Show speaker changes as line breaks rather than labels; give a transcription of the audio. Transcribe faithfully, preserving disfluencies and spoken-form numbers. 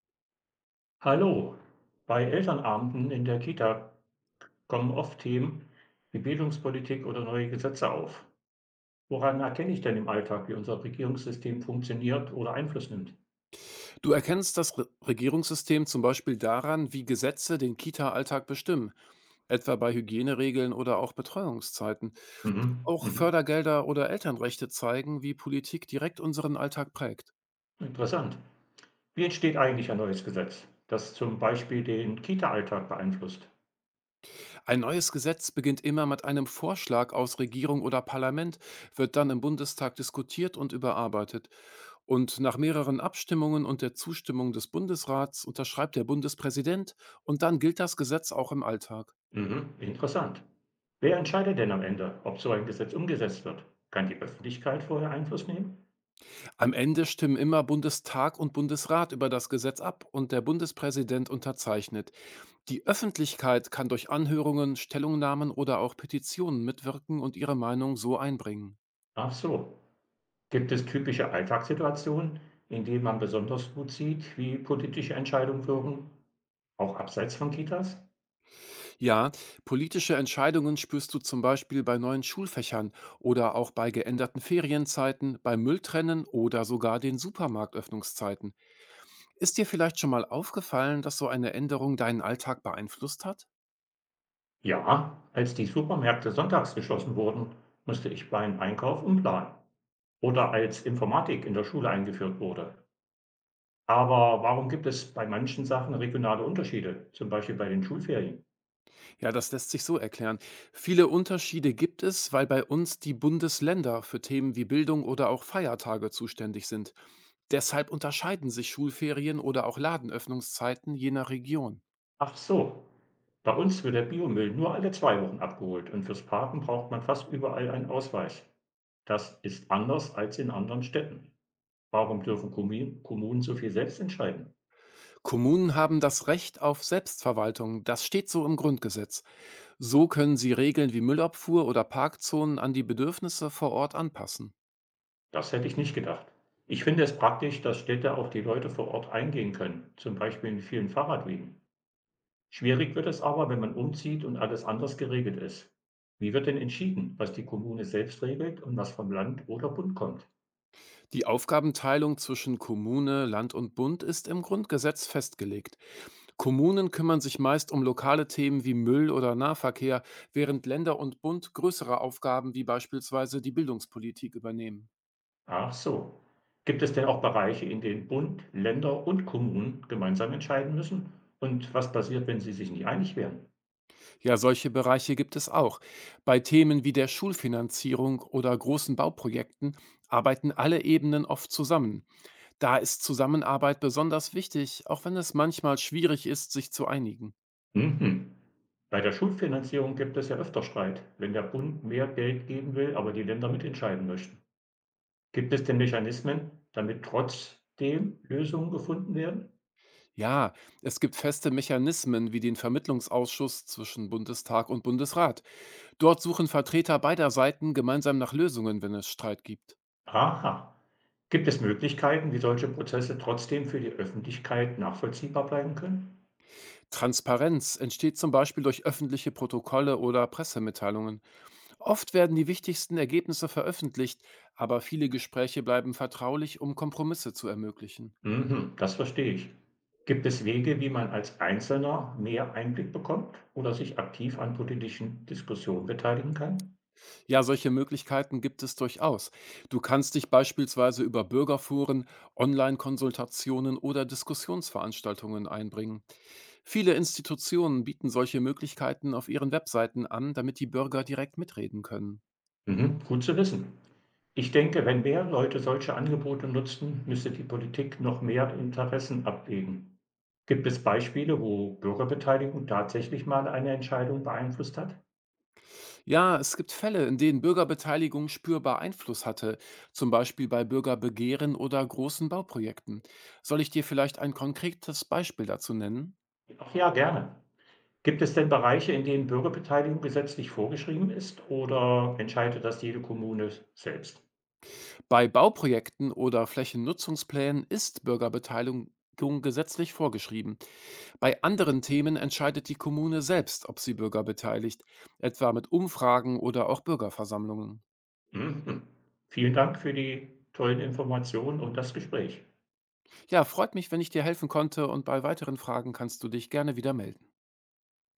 Hallo, bei Elternabenden in der Kita kommen oft Themen wie Bildungspolitik oder neue Gesetze auf. Woran erkenne ich denn im Alltag, wie unser Regierungssystem funktioniert oder Einfluss nimmt?
Du erkennst das Re Regierungssystem zum Beispiel daran, wie Gesetze den Kita-Alltag bestimmen, etwa bei Hygieneregeln oder auch Betreuungszeiten.
Mhm.
Auch
Mhm.
Fördergelder oder Elternrechte zeigen, wie Politik direkt unseren Alltag prägt.
Interessant. Wie entsteht eigentlich ein neues Gesetz, das zum Beispiel den Kita-Alltag beeinflusst?
Ein neues Gesetz beginnt immer mit einem Vorschlag aus Regierung oder Parlament, wird dann im Bundestag diskutiert und überarbeitet. Und nach mehreren Abstimmungen und der Zustimmung des Bundesrats unterschreibt der Bundespräsident und dann gilt das Gesetz auch im Alltag.
Mhm. Interessant. Wer entscheidet denn am Ende, ob so ein Gesetz umgesetzt wird? Kann die Öffentlichkeit vorher Einfluss nehmen?
Am Ende stimmen immer Bundestag und Bundesrat über das Gesetz ab und der Bundespräsident unterzeichnet. Die Öffentlichkeit kann durch Anhörungen, Stellungnahmen oder auch Petitionen mitwirken und ihre Meinung so einbringen.
Ach so. Gibt es typische Alltagssituationen, in denen man besonders gut sieht, wie politische Entscheidungen wirken, auch abseits von Kitas?
Ja, politische Entscheidungen spürst du zum Beispiel bei neuen Schulfächern oder auch bei geänderten Ferienzeiten, beim Mülltrennen oder sogar den Supermarktöffnungszeiten. Ist dir vielleicht schon mal aufgefallen, dass so eine Änderung deinen Alltag beeinflusst hat?
Ja, als die Supermärkte sonntags geschlossen wurden, musste ich beim Einkauf umplanen. Oder als Informatik in der Schule eingeführt wurde. Aber warum gibt es bei manchen Sachen regionale Unterschiede, zum Beispiel bei den Schulferien?
Ja, das lässt sich so erklären. Viele Unterschiede gibt es, weil bei uns die Bundesländer für Themen wie Bildung oder auch Feiertage zuständig sind. Deshalb unterscheiden sich Schulferien oder auch Ladenöffnungszeiten je nach Region.
Ach so. Bei uns wird der Biomüll nur alle zwei Wochen abgeholt und fürs Parken braucht man fast überall einen Ausweis. Das ist anders als in anderen Städten. Warum dürfen Kommi Kommunen so viel selbst entscheiden?
Kommunen haben das Recht auf Selbstverwaltung, das steht so im Grundgesetz. So können sie Regeln wie Müllabfuhr oder Parkzonen an die Bedürfnisse vor Ort anpassen.
Das hätte ich nicht gedacht. Ich finde es praktisch, dass Städte auf die Leute vor Ort eingehen können, zum Beispiel in vielen Fahrradwegen. Schwierig wird es aber, wenn man umzieht und alles anders geregelt ist. Wie wird denn entschieden, was die Kommune selbst regelt und was vom Land oder Bund kommt?
Die Aufgabenteilung zwischen Kommune, Land und Bund ist im Grundgesetz festgelegt. Kommunen kümmern sich meist um lokale Themen wie Müll oder Nahverkehr, während Länder und Bund größere Aufgaben wie beispielsweise die Bildungspolitik übernehmen.
Ach so. Gibt es denn auch Bereiche, in denen Bund, Länder und Kommunen gemeinsam entscheiden müssen? Und was passiert, wenn sie sich nicht einig wären?
Ja, solche Bereiche gibt es auch. Bei Themen wie der Schulfinanzierung oder großen Bauprojekten arbeiten alle Ebenen oft zusammen. Da ist Zusammenarbeit besonders wichtig, auch wenn es manchmal schwierig ist, sich zu einigen.
Mhm. Bei der Schulfinanzierung gibt es ja öfter Streit, wenn der Bund mehr Geld geben will, aber die Länder mitentscheiden möchten. Gibt es denn Mechanismen, damit trotzdem Lösungen gefunden werden?
Ja, es gibt feste Mechanismen wie den Vermittlungsausschuss zwischen Bundestag und Bundesrat. Dort suchen Vertreter beider Seiten gemeinsam nach Lösungen, wenn es Streit gibt.
Aha. Gibt es Möglichkeiten, wie solche Prozesse trotzdem für die Öffentlichkeit nachvollziehbar bleiben können?
Transparenz entsteht zum Beispiel durch öffentliche Protokolle oder Pressemitteilungen. Oft werden die wichtigsten Ergebnisse veröffentlicht, aber viele Gespräche bleiben vertraulich, um Kompromisse zu ermöglichen.
Mhm, das verstehe ich. Gibt es Wege, wie man als Einzelner mehr Einblick bekommt oder sich aktiv an politischen Diskussionen beteiligen kann?
Ja, solche Möglichkeiten gibt es durchaus. Du kannst dich beispielsweise über Bürgerforen, Online-Konsultationen oder Diskussionsveranstaltungen einbringen. Viele Institutionen bieten solche Möglichkeiten auf ihren Webseiten an, damit die Bürger direkt mitreden können.
Mhm, gut zu wissen. Ich denke, wenn mehr Leute solche Angebote nutzten, müsste die Politik noch mehr Interessen abwägen. Gibt es Beispiele, wo Bürgerbeteiligung tatsächlich mal eine Entscheidung beeinflusst hat?
Ja, es gibt Fälle, in denen Bürgerbeteiligung spürbar Einfluss hatte, zum Beispiel bei Bürgerbegehren oder großen Bauprojekten. Soll ich dir vielleicht ein konkretes Beispiel dazu nennen?
Ach ja, gerne. Gibt es denn Bereiche, in denen Bürgerbeteiligung gesetzlich vorgeschrieben ist oder entscheidet das jede Kommune selbst?
Bei Bauprojekten oder Flächennutzungsplänen ist Bürgerbeteiligung gesetzlich vorgeschrieben. Bei anderen Themen entscheidet die Kommune selbst, ob sie Bürger beteiligt, etwa mit Umfragen oder auch Bürgerversammlungen.
Mhm. Vielen Dank für die tollen Informationen und das Gespräch.
Ja, freut mich, wenn ich dir helfen konnte und bei weiteren Fragen kannst du dich gerne wieder melden.